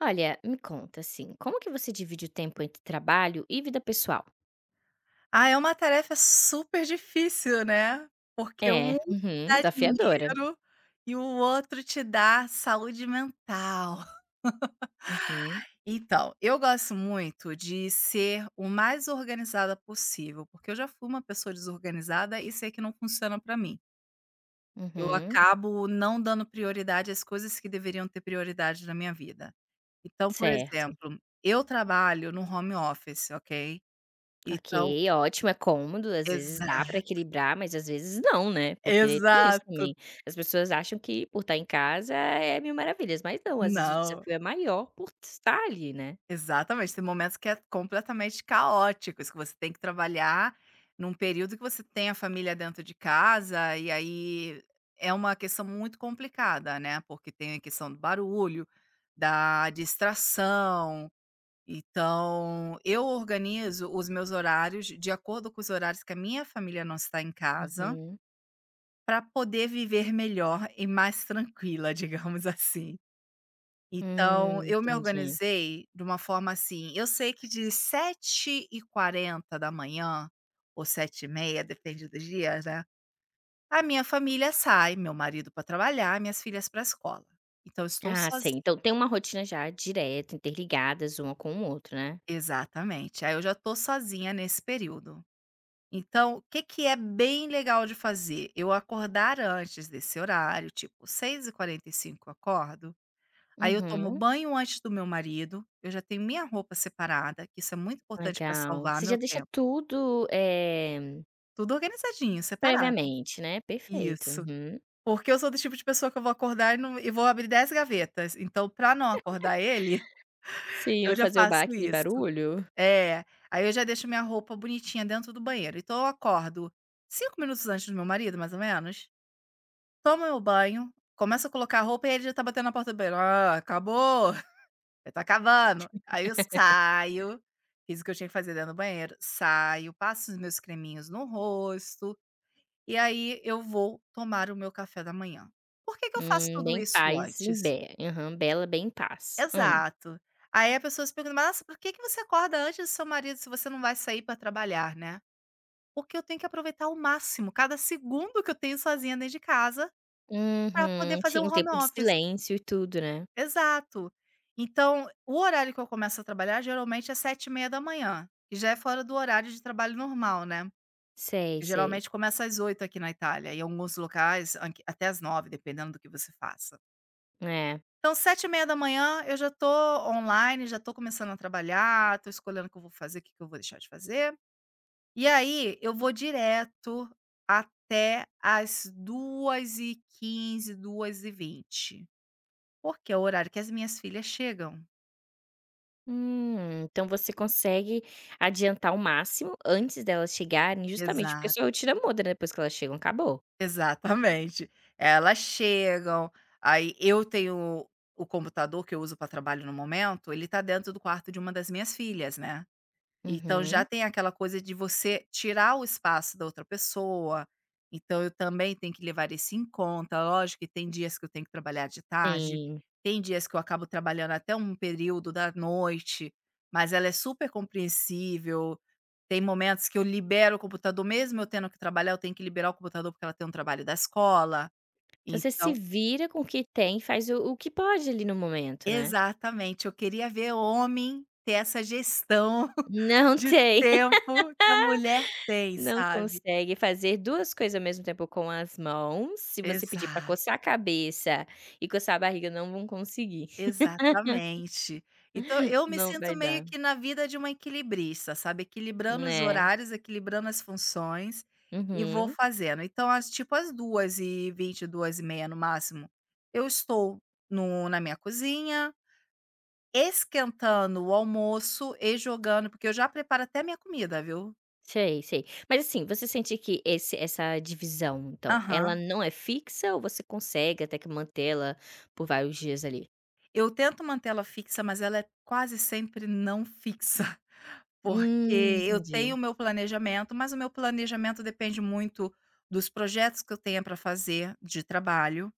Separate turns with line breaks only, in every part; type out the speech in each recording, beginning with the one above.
Olha, me conta assim, como que você divide o tempo entre trabalho e vida pessoal?
Ah, é uma tarefa super difícil, né, porque um
É,
te
uhum,
dá
desafiadora.
dinheiro e o outro te dá saúde mental.
Uhum,
Então, eu gosto muito de ser o mais organizada possível, porque eu já fui uma pessoa desorganizada e sei que não funciona para mim. Eu
uhum,
acabo não dando prioridade às coisas que deveriam ter prioridade na minha vida. Então, por
certo.
exemplo, eu trabalho no home office, ok? Então
Ok, ótimo, é cômodo, às vezes
exato,
dá pra equilibrar, mas às vezes não, né? Porque tem isso
exato.
também. As pessoas acham que por estar em casa é mil maravilhas, mas não, às vezes o
Não.
desafio é maior por estar ali, né?
Exatamente, tem momentos que é completamente caóticos, que você tem que trabalhar num período que você tem a família dentro de casa, e aí é uma questão muito complicada, né, porque tem a questão do barulho, da distração. Então, eu organizo os meus horários de acordo com os horários que a minha família não está em casa,
Uhum.
para poder viver melhor e mais tranquila, digamos assim. Então, eu me
Entendi.
organizei de uma forma assim, eu sei que de 7h40 da manhã ou 7h30, depende dos dias, né, a minha família sai, meu marido para trabalhar, minhas filhas para a escola. Então eu estou
Ah, sei.
sozinha.
Então tem uma rotina já direta, interligadas uma com o outro, né?
Exatamente, aí eu já estou sozinha nesse período. Então, o que que é bem legal de fazer? Eu acordar antes desse horário, tipo 6h45 eu acordo. Aí eu tomo
Uhum.
banho antes do meu marido, eu já tenho minha roupa separada, que isso é muito importante para
Legal.
salvar
Você já
meu
deixa
tempo.
tudo,
Tudo organizadinho, separado.
previamente, né, perfeito,
Isso.
uhum.
Porque eu sou do tipo de pessoa que eu vou acordar e não e vou abrir 10 gavetas, então para não acordar ele,
Sim,
eu
não
já
fazer o bar
faço
aquele
isso.
barulho.
É, aí eu já deixo minha roupa bonitinha dentro do banheiro, então eu acordo 5 minutos antes do meu marido, mais ou menos, tomo meu banho, começo a colocar a roupa e ele já tá batendo na porta do banheiro: "Ah, acabou?". Eu tô acabando". Aí eu saio, fiz o que eu tinha que fazer dentro do banheiro, saio, passo os meus creminhos no rosto, e aí eu vou tomar o meu café da manhã. Por que que eu faço tudo
Bem
isso
paz e
antes?
be aham, bela bem em paz. Hum.
Exato. Aí a pessoa se pergunta: "Mas por que que você acorda antes do seu marido se você não vai sair para trabalhar, né?". Porque eu tenho que aproveitar ao máximo cada segundo que eu tenho sozinha dentro de casa para poder
Uhum,
fazer o
sim, um
home
tempo de
office.
silêncio e tudo, né.
Exato. Então, o horário que eu começo a trabalhar geralmente é 7h30 da manhã, que já é fora do horário de trabalho normal, né.
Sei,
Que
sei.
geralmente começa às oito aqui na Itália, e em alguns locais anq até às nove, dependendo do que você faça.
É.
Então 7h30 da manhã, eu já tô online, já tô começando a trabalhar, tô escolhendo o que eu vou fazer, o que que eu vou deixar de fazer. E aí eu vou direto até as 14h15, 14h20, porque é o horário que as minhas filhas chegam.
Então você consegue adiantar o máximo antes delas chegarem, justamente porque a sua
Exato.
rotina muda, né, depois que elas chegam, acabou.
Exatamente. Elas chegam, aí eu tenho o computador que eu uso para trabalho no momento, ele tá dentro do quarto de uma das minhas filhas, né. Então já
Uhum,
tem aquela coisa de você tirar o espaço da outra pessoa, então eu também tenho que levar isso em conta. Lógico que tem dias que eu tenho que trabalhar de tarde,
sim.
tem dias que eu acabo trabalhando até um período da noite, mas ela é super compreensível. Tem momentos que eu libero o computador, mesmo eu tendo que trabalhar, eu tenho que liberar o computador porque ela tem um trabalho da escola.
Então você se
Então,
vira com o que tem, faz o que pode ali no momento, né.
exatamente, eu queria ver homem ter essa gestão
Não
de
tem,
tempo que a mulher tem,
não
sabe?
consegue fazer 2 coisas ao mesmo tempo com as mãos, se você
Exa
pedir para coçar a cabeça e coçar a barriga não vão conseguir,
Exatamente. Então eu me
não
sinto
vai
meio
dar.
que na vida de uma equilibrista, sabe, equilibrando os
Né?
horários, equilibrando as funções e vou
Uhum.
fazendo. Então às tipo às 14h20, 14h30 no máximo, eu estou no na minha cozinha, esquentando o almoço e jogando porque eu já preparo até a minha comida, viu.
Sei, sei. Mas assim, você sente que esse essa divisão então, ela
Aham.
não é fixa ou você consegue até que mantê-la por vários dias ali?
Eu tento manter ela fixa, mas ela é quase sempre não fixa, porque eu tenho o
Entendi.
meu planejamento, mas o meu planejamento depende muito dos projetos que eu tenha para fazer de trabalho,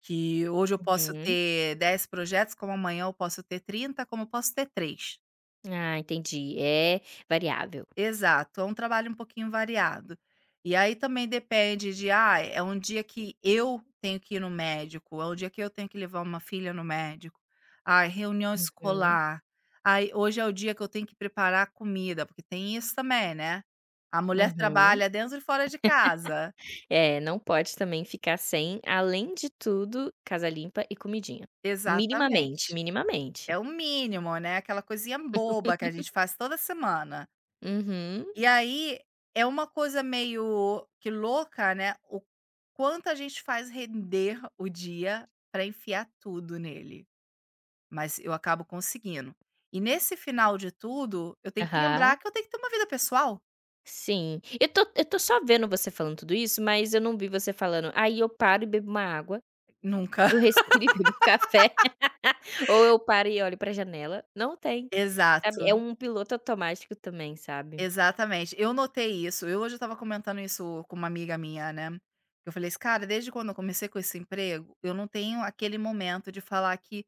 que hoje eu posso
Uhum.
ter 10 projetos, como amanhã eu posso ter 30, como eu posso ter 3.
Ah, entendi, é variável.
Exato, é um trabalho um pouquinho variado. E aí também depende de, ah, é um dia que eu tenho que ir no médico, é um dia que eu tenho que levar uma filha no médico. Ah, reunião
Uhum,
escolar. Ai, hoje é o dia que eu tenho que preparar comida, porque tem isso também, né? A mulher
uhum.
trabalha dentro e fora de casa.
É, não pode também ficar sem, além de tudo, casa limpa e comidinha. Minimamente,
Exatamente.
minimamente.
É o mínimo, né? Aquela coisinha boba que a gente faz toda semana.
Uhum.
E aí, é uma coisa meio que louca, né, o quanto a gente faz render o dia para enfiar tudo nele, mas eu acabo conseguindo. E nesse final de tudo, eu tenho que
Aham.
lembrar que eu tenho que ter uma vida pessoal.
Sim. Eu tô só vendo você falando tudo isso, mas eu não vi você falando: "Aí eu paro e bebo uma água,
Nunca.
eu respiro e bebo café, ou eu paro e olho pra janela". Não tem, sabe,
Exato,
é um piloto automático também, sabe.
exatamente. Eu notei isso, eu hoje eu estava comentando isso com uma amiga minha, né, eu falei assim: "Cara, desde quando eu comecei com esse emprego, eu não tenho aquele momento de falar que"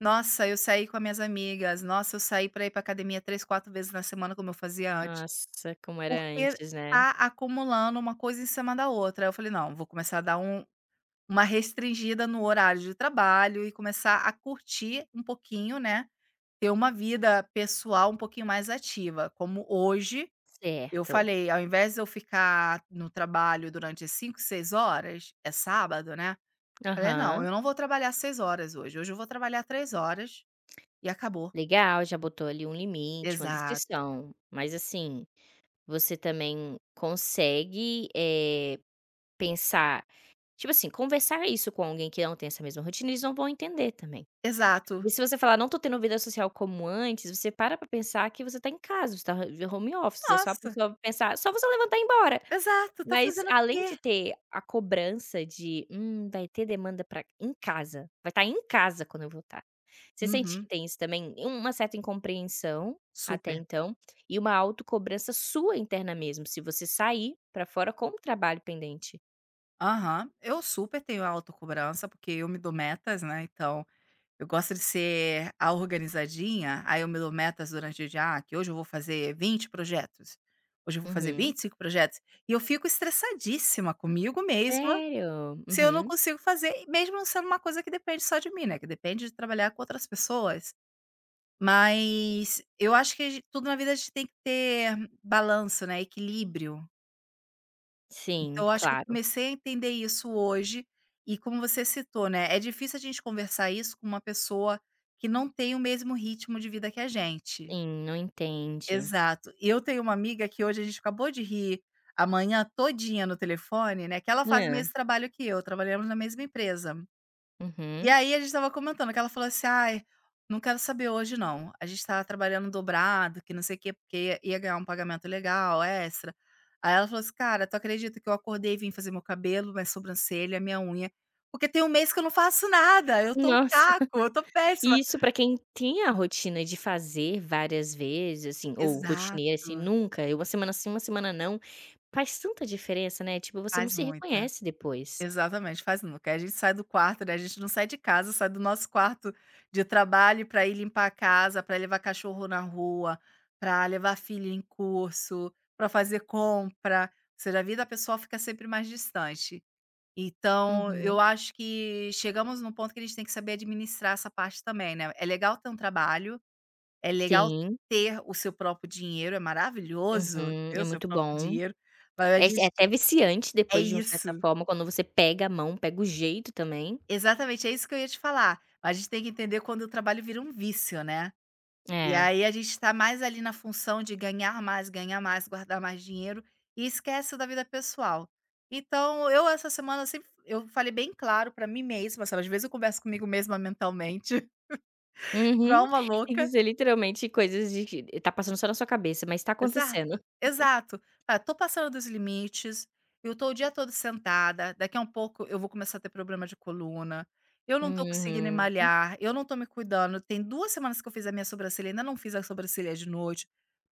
Nossa, eu saí com as minhas amigas, nossa, eu saí para ir para academia 3, 4 vezes na semana como eu fazia antes,
Nossa, como era
porque
antes, né.
tá acumulando uma coisa em cima da outra. Aí eu falei: "Não, vou começar a dar uma restringida no horário de trabalho e começar a curtir um pouquinho, né, ter uma vida pessoal um pouquinho mais ativa". Como hoje, eu
Certo.
falei: "Ao invés de eu ficar no trabalho durante 5, 6 horas", é sábado, né, falei: "Não,
Aham.
eu não vou trabalhar 6 horas hoje, hoje eu vou trabalhar 3 horas e acabou".
Legal, já botou ali um limite, uma
Exato,
descrição, mas assim, você também consegue, pensar tipo assim, conversar isso com alguém que não tem essa mesma rotina, eles não vão entender também. E
exato.
se você falar: "Não tô tendo vida social como antes", você para pra pensar que você tá em casa, você tá home office, é só a
Nossa,
pessoa pensar só você levantar e ir embora.
exato, tá
Mas
fazendo o
além de
quê?
ter a cobrança de: vai ter demanda para em casa, vai estar em casa quando eu voltar". Você sente
Uhum,
que tem isso também? Uma certa incompreensão, até
super.
então, e uma autocobrança sua interna mesmo, se você sair para fora com o trabalho pendente.
Aham. Eu super tenho autocobrança, porque eu me dou metas, né, então eu gosto de ser a organizadinha, aí eu me dou metas durante o dia, ah, que hoje eu vou fazer 20 projetos, hoje eu vou fazer
Uhum.
25 projetos, e eu fico estressadíssima comigo mesma
Sério?
se eu não
Uhum.
consigo fazer, e mesmo não sendo uma coisa que depende só de mim, né, que depende de trabalhar com outras pessoas. Mas eu acho que a gen tudo na vida a gente tem que ter balanço, né, equilíbrio.
Sim,
Então eu acho que eu
claro.
comecei a entender isso hoje, e como você citou, né, é difícil a gente conversar isso com uma pessoa que não tem o mesmo ritmo de vida que a gente.
Sim, não entende.
Exato. E eu tenho uma amiga que hoje a gente acabou de rir a manhã todinha no telefone, né, que ela faz o
Hã.
mesmo trabalho que eu, trabalhamos na mesma empresa. E
Uhum.
aí a gente estava comentando que ela falou assim: "Ai, não quero saber hoje não, a gente estava trabalhando dobrado, que não sei o quê, porque ia ganhar um pagamento legal, extra". Aí ela falou assim: "Cara, tu acredita que eu acordei e vim fazer meu cabelo, minha sobrancelha, minha unha, porque tem um mês que eu não faço nada, eu tô um
Nossa.
caco, eu tô péssima".
E isso pra quem tem a rotina de fazer várias vezes, assim, ou rotineira, assim,
Exato,
nunca, e uma semana sim, uma semana não, faz tanta diferença, né, tipo, você não
faz
se
muito.
reconhece depois.
Exatamente, faz nunca. Aí a gente sai do quarto, né, a gente não sai de casa, sai do nosso quarto de trabalho para ir limpar a casa, para levar cachorro na rua, para levar filho em curso, para fazer compra, ou seja, a vida pessoal fica sempre mais distante. Então,
Uhum.
eu acho que chegamos num ponto que a gente tem que saber administrar essa parte também, né. É legal ter um trabalho, é legal
Sim.
ter o seu próprio dinheiro, é maravilhoso
Uhum.
ter
É
o seu
muito
próprio
bom.
dinheiro, mas a
É
gente
até viciante
é
depois de uma certa
isso.
forma, quando você pega a mão, pega o jeito também.
Exatamente, é isso que eu ia te falar. A gente tem que entender quando o trabalho vira um vício, né. E
É.
aí a gente está mais ali na função de ganhar mais, guardar mais dinheiro e esquece da vida pessoal. Então eu essa semana sempre eu falei bem claro para mim mesma, sabe, às vezes eu converso comigo mesma mentalmente, igual
Uhum.
uma
Tem que
louca.
ser literalmente coisas de que tá passando só na sua cabeça, mas tá acontecendo.
Exato, exato. Ah, tô passando dos limites, eu tô o dia todo sentada, daqui a um pouco eu vou começar a ter problema de coluna, eu não tô conseguindo
Uhum.
malhar, eu não tô me cuidando, tem 2 semanas que eu fiz a minha sobrancelha, ainda não fiz a sobrancelha de noite,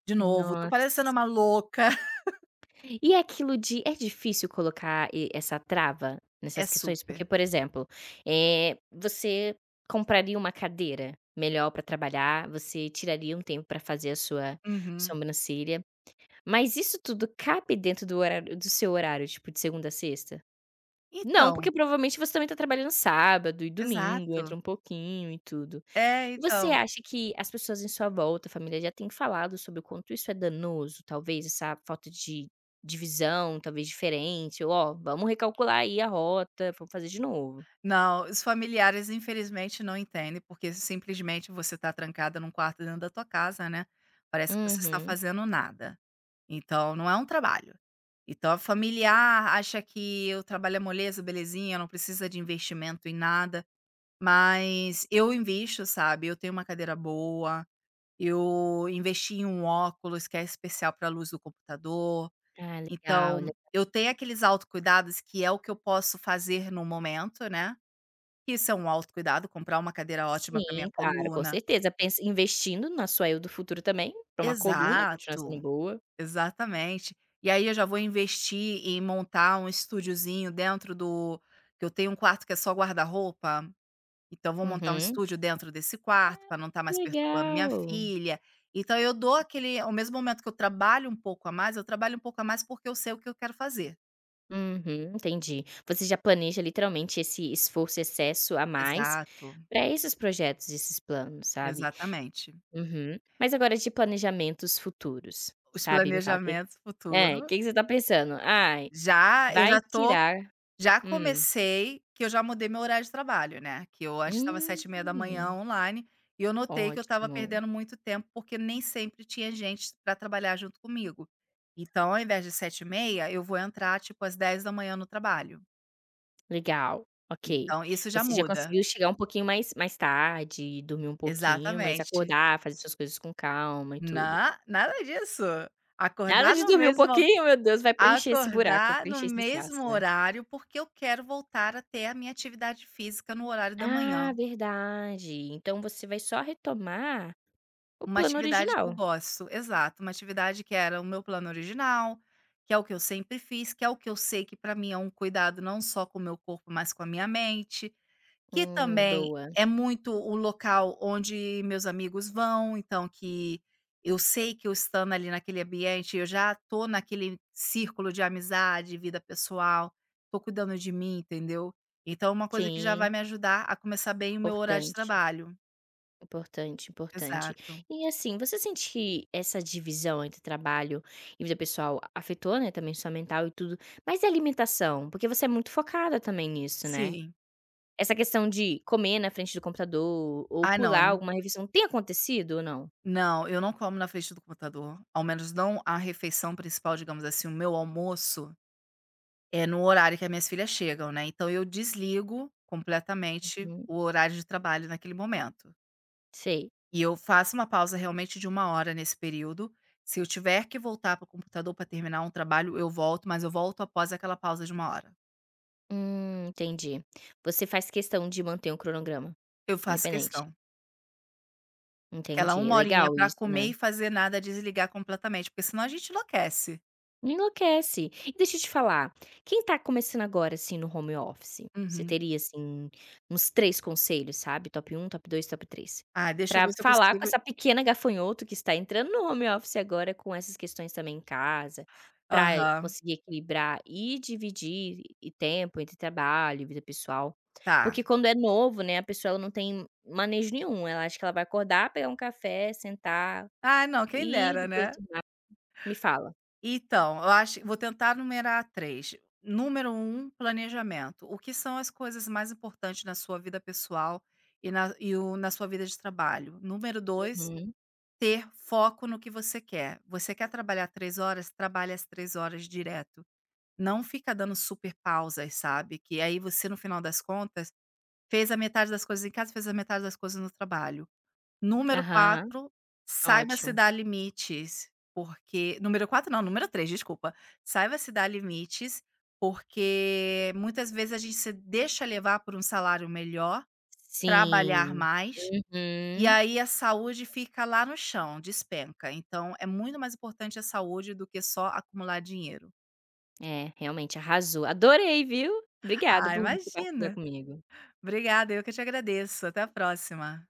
de novo, tô parecendo
Nossa.
uma louca.
E é aquilo de é difícil colocar e essa trava
É
nessas questões? Porque,
super.
por exemplo, você compraria uma cadeira melhor para trabalhar, você tiraria um tempo para fazer a sua
Uhum.
sobrancelha, mas isso tudo cabe dentro do seu horário, tipo, de segunda a sexta? Não,
Então,
porque provavelmente você também tá trabalhando sábado e domingo, entra
exato.
um pouquinho e tudo.
É,
Você
então.
acha que as pessoas em sua volta, a família, já tem falado sobre o quanto isso é danoso? Talvez essa falta de divisão, talvez diferente, ou: "Ó, vamos recalcular aí a rota, vamos fazer de novo".
Não, os familiares infelizmente não entendem, porque simplesmente você está trancada num quarto dentro da tua casa, né, parece que você está
Uhum.
fazendo nada. Então não é um trabalho. Então a familiar acha que o trabalho é moleza, belezinha, não precisa de investimento em nada, mas eu invisto, sabe, eu tenho uma cadeira boa, eu investi em um óculos que é especial para a luz do computador,
Ah, legal,
então
le
eu tenho aqueles autocuidados que é o que eu posso fazer no momento, né, isso é um autocuidado, comprar uma cadeira ótima para minha
sim, claro, com
coluna.
certeza. Pensa investindo na sua eu do futuro também, para uma coluna continuar
Exato,
sendo boa.
exatamente. E aí eu já vou investir em montar um estúdiozinho dentro do, que eu tenho um quarto que é só guarda-roupa, então vou montar um
Uhum.
estúdio dentro desse quarto para não estar mais perturbando minha
Legal.
filha. Então eu dou aquele ao mesmo momento que eu trabalho um pouco a mais, eu trabalho um pouco a mais porque eu sei o que eu quero fazer.
Uhum, entendi. Você já planeja literalmente esse esforço excesso a mais
Exato,
para esses projetos, esses planos, sabe?
exatamente.
Uhum. Mas agora de planejamentos futuros,
Os
sabe, me fala que
planejamentos futuro,
é, que você tá pensando? "Ai,
já eu
vai
já tô
tirar"
já
hum.
comecei que eu já mudei meu horário de trabalho, né, que eu antes estava 7:30 da manhã
Hum,
online, e eu notei que eu estava
ótimo,
perdendo muito tempo, porque nem sempre tinha gente para trabalhar junto comigo. Então ao invés de 7:30, eu vou entrar tipo às 10 da manhã no trabalho.
legal, ok.
Então isso já
Você já
muda.
conseguiu chegar um pouquinho mais tarde, dormir um pouquinho, mas
Exatamente.
acordar, fazer suas coisas com calma e tudo.
Na nada disso.
Nada
Acordar
de
no
dormir um
mesmo
pouquinho, meu Deus, vai preencher esse buraco, vai
Acordar no
preencher esse
mesmo
espaço, né.
horário, porque eu quero voltar a ter a minha atividade física no horário da manhã.
Ah, verdade. Então você vai só retomar o
Uma
plano
atividade que eu
original.
gosto. Exato, uma atividade que era o meu plano original, que é o que eu sempre fiz, que é o que eu sei que para mim é um cuidado não só com o meu corpo, mas com a minha mente, que também
Boa.
é muito o local onde meus amigos vão, então que eu sei que eu estando ali naquele ambiente, eu já tô naquele círculo de amizade, vida pessoal, tô cuidando de mim, entendeu? Então é uma coisa que já vai
Sim.
me ajudar a começar bem o meu horário de
Importante,
trabalho.
importante, importante.
Exato.
E assim, você sente que essa divisão entre trabalho e vida pessoal afetou, né, também sua mental e tudo, mas e a alimentação? Porque você é muito focada também nisso, né?
Sim.
Essa questão de comer na frente do computador ou
Ah,
pular alguma refeição, tem acontecido ou não?
não, eu não como na frente do computador, ao menos não a refeição principal, digamos assim, o meu almoço é no horário que as minhas filhas chegam, né, então eu desligo completamente
Uhum,
o horário de trabalho naquele momento.
sei.
E eu faço uma pausa realmente de 1 hora nesse período, se eu tiver que voltar para o computador para terminar um trabalho, eu volto, mas eu volto após aquela pausa de 1 hora.
Entendi. Você faz questão de manter um cronograma
Eu faço
independente.
questão. Aquela
Entendi. É
uma horinha
legal
para
isso, né?
comer e fazer nada, desligar completamente, porque senão a gente enlouquece.
Enlouquece. E deixa eu te falar, quem tá começando agora, assim, no home office, você
Uhum.
teria, assim, uns 3 conselhos, sabe, top um, top 2, top 3,
Ah, deixa eu
pra
ver se eu
falar com
consigo,
essa pequena gafanhoto que está entrando no home office agora com essas questões também em casa, pra
aham,
conseguir equilibrar e dividir e tempo entre trabalho e vida pessoal.
tá.
Porque quando é novo, né, a pessoa ela não tem manejo nenhum, ela acha que ela vai acordar, pegar um café, sentar
Ah, não, quem
e
dera,
depois
né.
estudar. Me fala.
Então, eu acho, vou tentar numerar 3. Número um, planejamento. O que são as coisas mais importantes na sua vida pessoal e na e o na sua vida de trabalho. Número dois,
Uhum.
ter foco no que você quer. Você quer trabalhar 3 horas? Trabalhe as 3 horas direto. Não fica dando super pausas, sabe, que aí você, no final das contas, fez a metade das coisas em casa, fez a metade das coisas no trabalho. Número
Aham.
quatro, saiba se
Ótimo.
dar limites, porque número 4 não, número três, desculpa. Saiba se dar limites, porque muitas vezes a gente se deixa levar por um salário melhor, trabalhar
Sim.
mais, e
Uhum.
aí a saúde fica lá no chão, despenca. Então é muito mais importante a saúde do que só acumular dinheiro.
É, realmente arrasou. Adorei, viu. Obrigada
Ah,
por compartilhar
imagina.
comigo.
Obrigada, eu que te agradeço. Até a próxima.